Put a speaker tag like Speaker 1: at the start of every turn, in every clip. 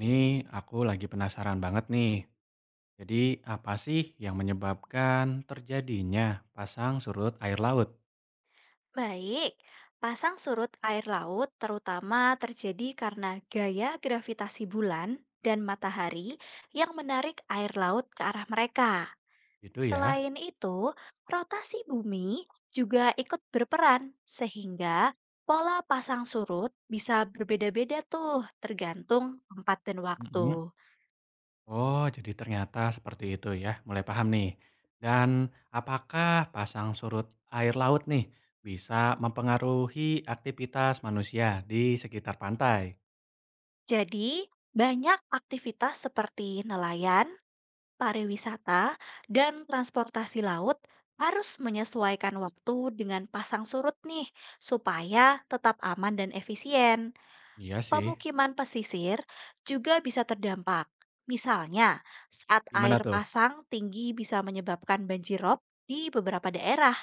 Speaker 1: Nih, aku lagi penasaran banget nih. Jadi, apa sih yang menyebabkan terjadinya pasang surut air laut?
Speaker 2: Baik, pasang surut air laut terutama terjadi karena gaya gravitasi bulan dan matahari yang menarik air laut ke arah mereka.
Speaker 1: Gitu ya.
Speaker 2: Selain itu, rotasi bumi juga ikut berperan, sehingga pola pasang surut bisa berbeda-beda tuh tergantung tempat dan
Speaker 1: Mm-mm.
Speaker 2: waktu.
Speaker 1: Oh, jadi ternyata seperti itu ya. Mulai paham nih. Dan apakah pasang surut air laut nih bisa mempengaruhi aktivitas manusia di sekitar pantai?
Speaker 2: Jadi, banyak aktivitas seperti nelayan, pariwisata, dan transportasi laut harus menyesuaikan waktu dengan pasang surut nih, supaya tetap aman dan efisien.
Speaker 1: Iya sih.
Speaker 2: Pemukiman pesisir juga bisa terdampak. Misalnya, saat
Speaker 1: Gimana
Speaker 2: air
Speaker 1: tuh?
Speaker 2: pasang tinggi bisa menyebabkan banjir rob di beberapa daerah.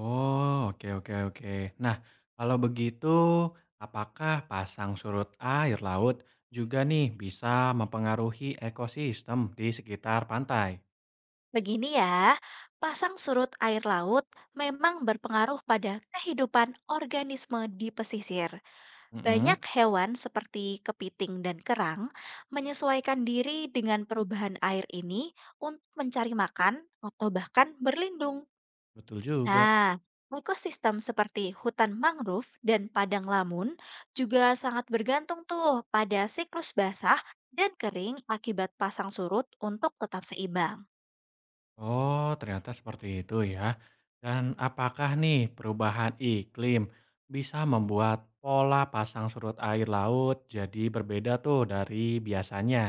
Speaker 1: Oh, oke oke oke. Nah, kalau begitu, apakah pasang surut air laut juga nih bisa mempengaruhi ekosistem di sekitar pantai?
Speaker 2: Begini ya, pasang surut air laut memang berpengaruh pada kehidupan organisme di pesisir.
Speaker 1: Mhm,
Speaker 2: Banyak hewan seperti kepiting dan kerang menyesuaikan diri dengan perubahan air ini untuk mencari makan atau bahkan berlindung.
Speaker 1: betul juga.
Speaker 2: Nah, ekosistem seperti hutan mangrove dan padang lamun juga sangat bergantung tuh pada siklus basah dan kering akibat pasang surut untuk tetap seimbang.
Speaker 1: Oh, ternyata seperti itu ya. Dan apakah nih perubahan iklim bisa membuat pola pasang surut air laut jadi berbeda tuh dari biasanya?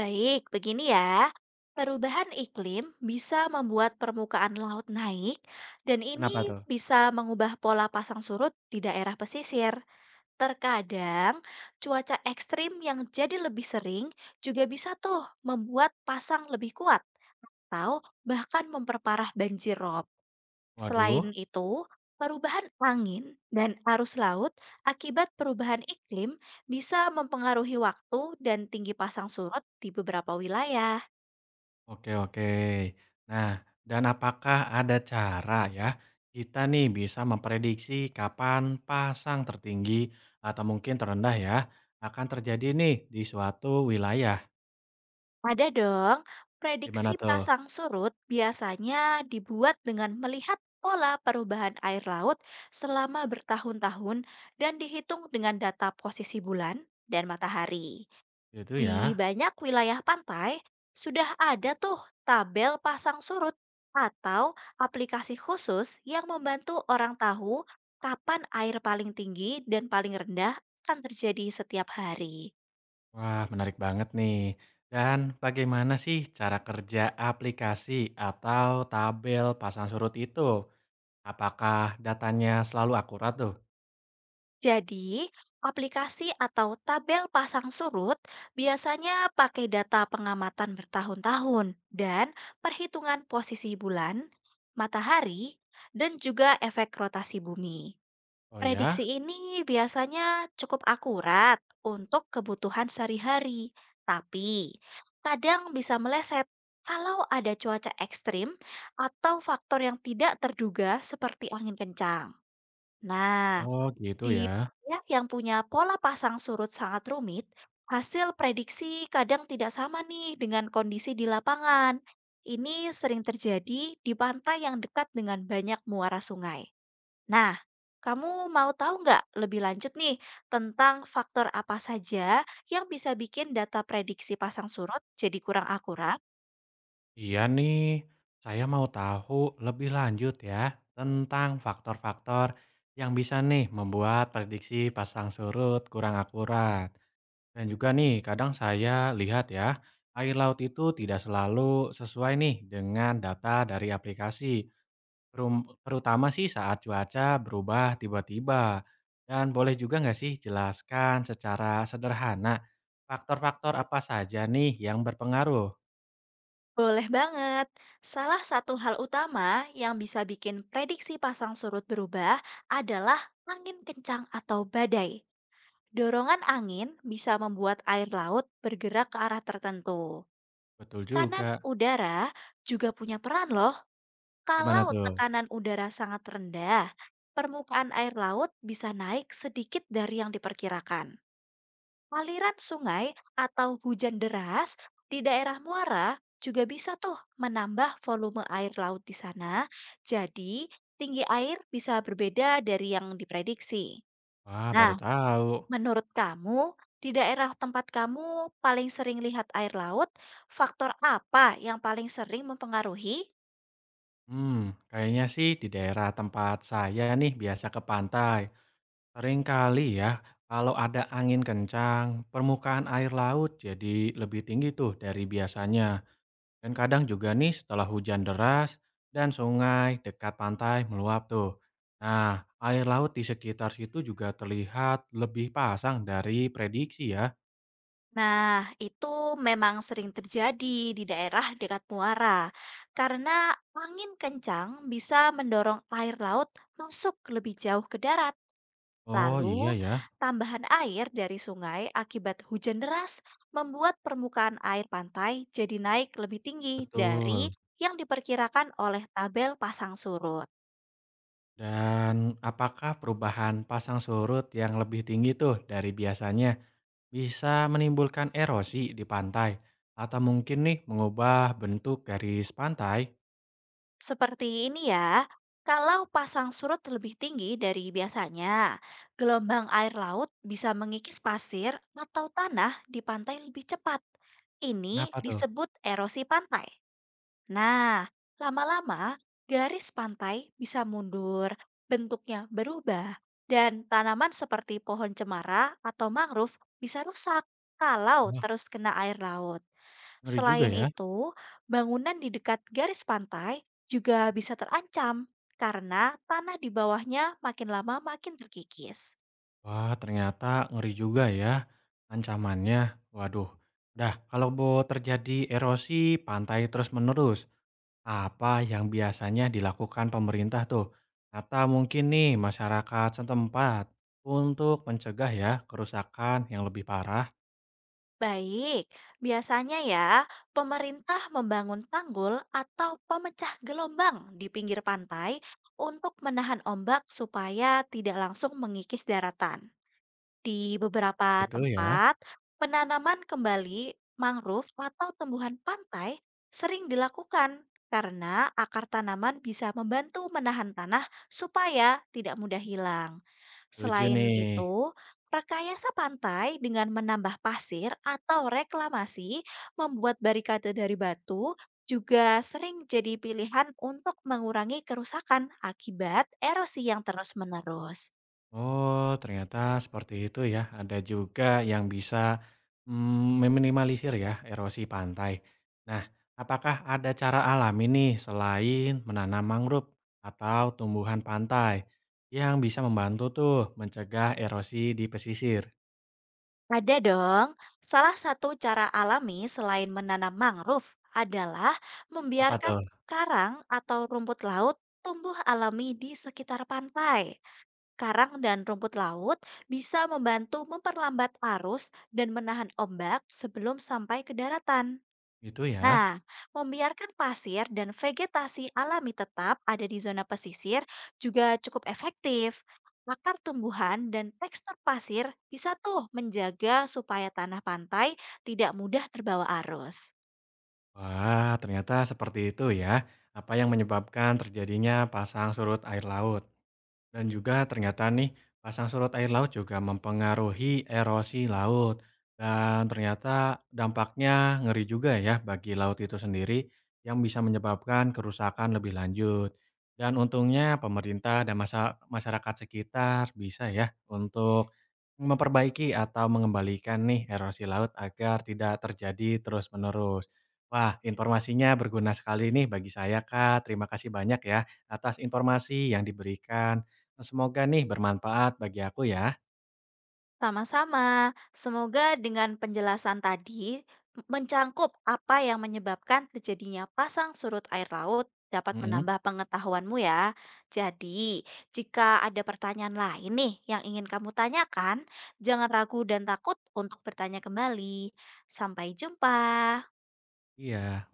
Speaker 2: Baik, begini ya. Perubahan iklim bisa membuat permukaan laut naik, dan ini
Speaker 1: Kenapa tuh?
Speaker 2: bisa mengubah pola pasang surut di daerah pesisir. Terkadang, cuaca ekstrim yang jadi lebih sering juga bisa tuh membuat pasang lebih kuat atau bahkan memperparah banjir rob.
Speaker 1: Waduh.
Speaker 2: Selain itu, perubahan angin dan arus laut akibat perubahan iklim bisa mempengaruhi waktu dan tinggi pasang surut di beberapa wilayah.
Speaker 1: Oke oke. Nah, dan apakah ada cara ya, kita nih bisa memprediksi kapan pasang tertinggi atau mungkin terendah ya, akan terjadi nih di suatu wilayah?
Speaker 2: Ada dong,
Speaker 1: Gimana
Speaker 2: prediksi
Speaker 1: tuh?
Speaker 2: pasang surut biasanya dibuat dengan melihat pola perubahan air laut selama bertahun-tahun dan dihitung dengan data posisi bulan dan matahari.
Speaker 1: Itu
Speaker 2: Di
Speaker 1: ya?
Speaker 2: banyak wilayah pantai, sudah ada tuh tabel pasang surut atau aplikasi khusus yang membantu orang tahu kapan air paling tinggi dan paling rendah akan terjadi setiap hari.
Speaker 1: Wah, menarik banget nih. Dan bagaimana sih cara kerja aplikasi atau tabel pasang surut itu? Apakah datanya selalu akurat tuh?
Speaker 2: Jadi, aplikasi atau tabel pasang surut biasanya pakai data pengamatan bertahun-tahun dan perhitungan posisi bulan, matahari, dan juga efek rotasi bumi.
Speaker 1: Oh ya?
Speaker 2: Prediksi ini biasanya cukup akurat untuk kebutuhan sehari-hari, tapi kadang bisa meleset kalau ada cuaca ekstrim atau faktor yang tidak terduga seperti angin kencang. Nah,
Speaker 1: Oh gitu
Speaker 2: di
Speaker 1: ya.
Speaker 2: wilayah yang punya pola pasang surut sangat rumit, hasil prediksi kadang tidak sama nih dengan kondisi di lapangan. Ini sering terjadi di pantai yang dekat dengan banyak muara sungai. Nah, kamu mau tahu nggak lebih lanjut nih tentang faktor apa saja yang bisa bikin data prediksi pasang surut jadi kurang akurat?
Speaker 1: Iya nih, saya mau tahu lebih lanjut ya tentang faktor-faktor yang bisa nih membuat prediksi pasang surut kurang akurat. Dan juga nih, kadang saya lihat ya, air laut itu tidak selalu sesuai nih dengan data dari aplikasi, terutama sih saat cuaca berubah tiba-tiba. Dan boleh juga nggak sih jelaskan secara sederhana faktor-faktor apa saja nih yang berpengaruh?
Speaker 2: Boleh banget. Salah satu hal utama yang bisa bikin prediksi pasang surut berubah adalah angin kencang atau badai. Dorongan angin bisa membuat air laut bergerak ke arah tertentu.
Speaker 1: Betul juga.
Speaker 2: Tekanan udara juga punya peran loh.
Speaker 1: Gimana
Speaker 2: Kalau
Speaker 1: tuh?
Speaker 2: tekanan udara sangat rendah, permukaan air laut bisa naik sedikit dari yang diperkirakan. Aliran sungai atau hujan deras di daerah muara juga bisa tuh menambah volume air laut di sana. Jadi, tinggi air bisa berbeda dari yang diprediksi.
Speaker 1: Wah, baru
Speaker 2: Nah,
Speaker 1: tahu.
Speaker 2: menurut kamu, di daerah tempat kamu paling sering lihat air laut, faktor apa yang paling sering mempengaruhi?
Speaker 1: Hmm, kayaknya sih di daerah tempat saya nih biasa ke pantai. Sering kali ya, kalau ada angin kencang, permukaan air laut jadi lebih tinggi tuh dari biasanya. Dan kadang juga nih setelah hujan deras dan sungai dekat pantai meluap tuh. Nah, air laut di sekitar situ juga terlihat lebih pasang dari prediksi ya.
Speaker 2: Nah, itu memang sering terjadi di daerah dekat muara, karena angin kencang bisa mendorong air laut masuk lebih jauh ke darat.
Speaker 1: Oh
Speaker 2: Lalu,
Speaker 1: iya ya,
Speaker 2: tambahan air dari sungai akibat hujan deras membuat permukaan air pantai jadi naik lebih tinggi dari
Speaker 1: betul.
Speaker 2: yang diperkirakan oleh tabel pasang surut.
Speaker 1: Dan apakah perubahan pasang surut yang lebih tinggi tuh dari biasanya bisa menimbulkan erosi di pantai? Atau mungkin nih mengubah bentuk garis pantai?
Speaker 2: Seperti ini ya, kalau pasang surut lebih tinggi dari biasanya, gelombang air laut bisa mengikis pasir atau tanah di pantai lebih cepat. Ini
Speaker 1: Kenapa tuh?
Speaker 2: disebut erosi pantai. Nah, lama-lama garis pantai bisa mundur, bentuknya berubah, dan tanaman seperti pohon cemara atau mangrove bisa rusak kalau
Speaker 1: Wah,
Speaker 2: terus kena air laut.
Speaker 1: ngeri juga
Speaker 2: Selain
Speaker 1: ya.
Speaker 2: itu, bangunan di dekat garis pantai juga bisa terancam karena tanah di bawahnya makin lama makin terkikis.
Speaker 1: Wah, ternyata ngeri juga ya ancamannya. Waduh. Dah, kalau mau terjadi erosi pantai terus-menerus, apa yang biasanya dilakukan pemerintah tuh, atau mungkin nih masyarakat setempat untuk mencegah ya kerusakan yang lebih parah?
Speaker 2: Baik, biasanya ya pemerintah membangun tanggul atau pemecah gelombang di pinggir pantai untuk menahan ombak supaya tidak langsung mengikis daratan. Di beberapa
Speaker 1: Itu ya,
Speaker 2: tempat, penanaman kembali mangrove atau tumbuhan pantai sering dilakukan karena akar tanaman bisa membantu menahan tanah supaya tidak mudah hilang.
Speaker 1: setuju
Speaker 2: Selain
Speaker 1: nih.
Speaker 2: itu, rekayasa pantai dengan menambah pasir atau reklamasi membuat barikade dari batu juga sering jadi pilihan untuk mengurangi kerusakan akibat erosi yang terus-menerus.
Speaker 1: Oh, ternyata seperti itu ya. Ada juga yang bisa meminimalisir ya erosi pantai. Nah, apakah ada cara alami nih selain menanam mangrove atau tumbuhan pantai yang bisa membantu tuh mencegah erosi di pesisir?
Speaker 2: Ada dong. Salah satu cara alami selain menanam mangrove adalah
Speaker 1: Apa
Speaker 2: membiarkan
Speaker 1: tuh?
Speaker 2: karang atau rumput laut tumbuh alami di sekitar pantai. Karang dan rumput laut bisa membantu memperlambat arus dan menahan ombak sebelum sampai ke daratan.
Speaker 1: Itu
Speaker 2: Nah,
Speaker 1: ya.
Speaker 2: membiarkan pasir dan vegetasi alami tetap ada di zona pesisir juga cukup efektif. Akar tumbuhan dan tekstur pasir bisa tuh menjaga supaya tanah pantai tidak mudah terbawa arus.
Speaker 1: Wah, ternyata seperti itu ya. Apa yang menyebabkan terjadinya pasang surut air laut. Dan juga ternyata nih pasang surut air laut juga mempengaruhi erosi laut dan ternyata dampaknya ngeri juga ya bagi laut itu sendiri yang bisa menyebabkan kerusakan lebih lanjut. Dan untungnya pemerintah dan masyarakat sekitar bisa ya untuk memperbaiki atau mengembalikan nih erosi laut agar tidak terjadi terus-menerus. Wah, informasinya berguna sekali nih bagi saya, Kak. Terima kasih banyak ya atas informasi yang diberikan. Semoga nih bermanfaat bagi aku ya.
Speaker 2: Sama-sama. Semoga dengan penjelasan tadi mencangkup apa yang menyebabkan terjadinya pasang surut air laut dapat
Speaker 1: Mhm,
Speaker 2: menambah pengetahuanmu ya. Jadi, jika ada pertanyaan lain nih yang ingin kamu tanyakan, jangan ragu dan takut untuk bertanya kembali. Sampai jumpa.
Speaker 1: iya.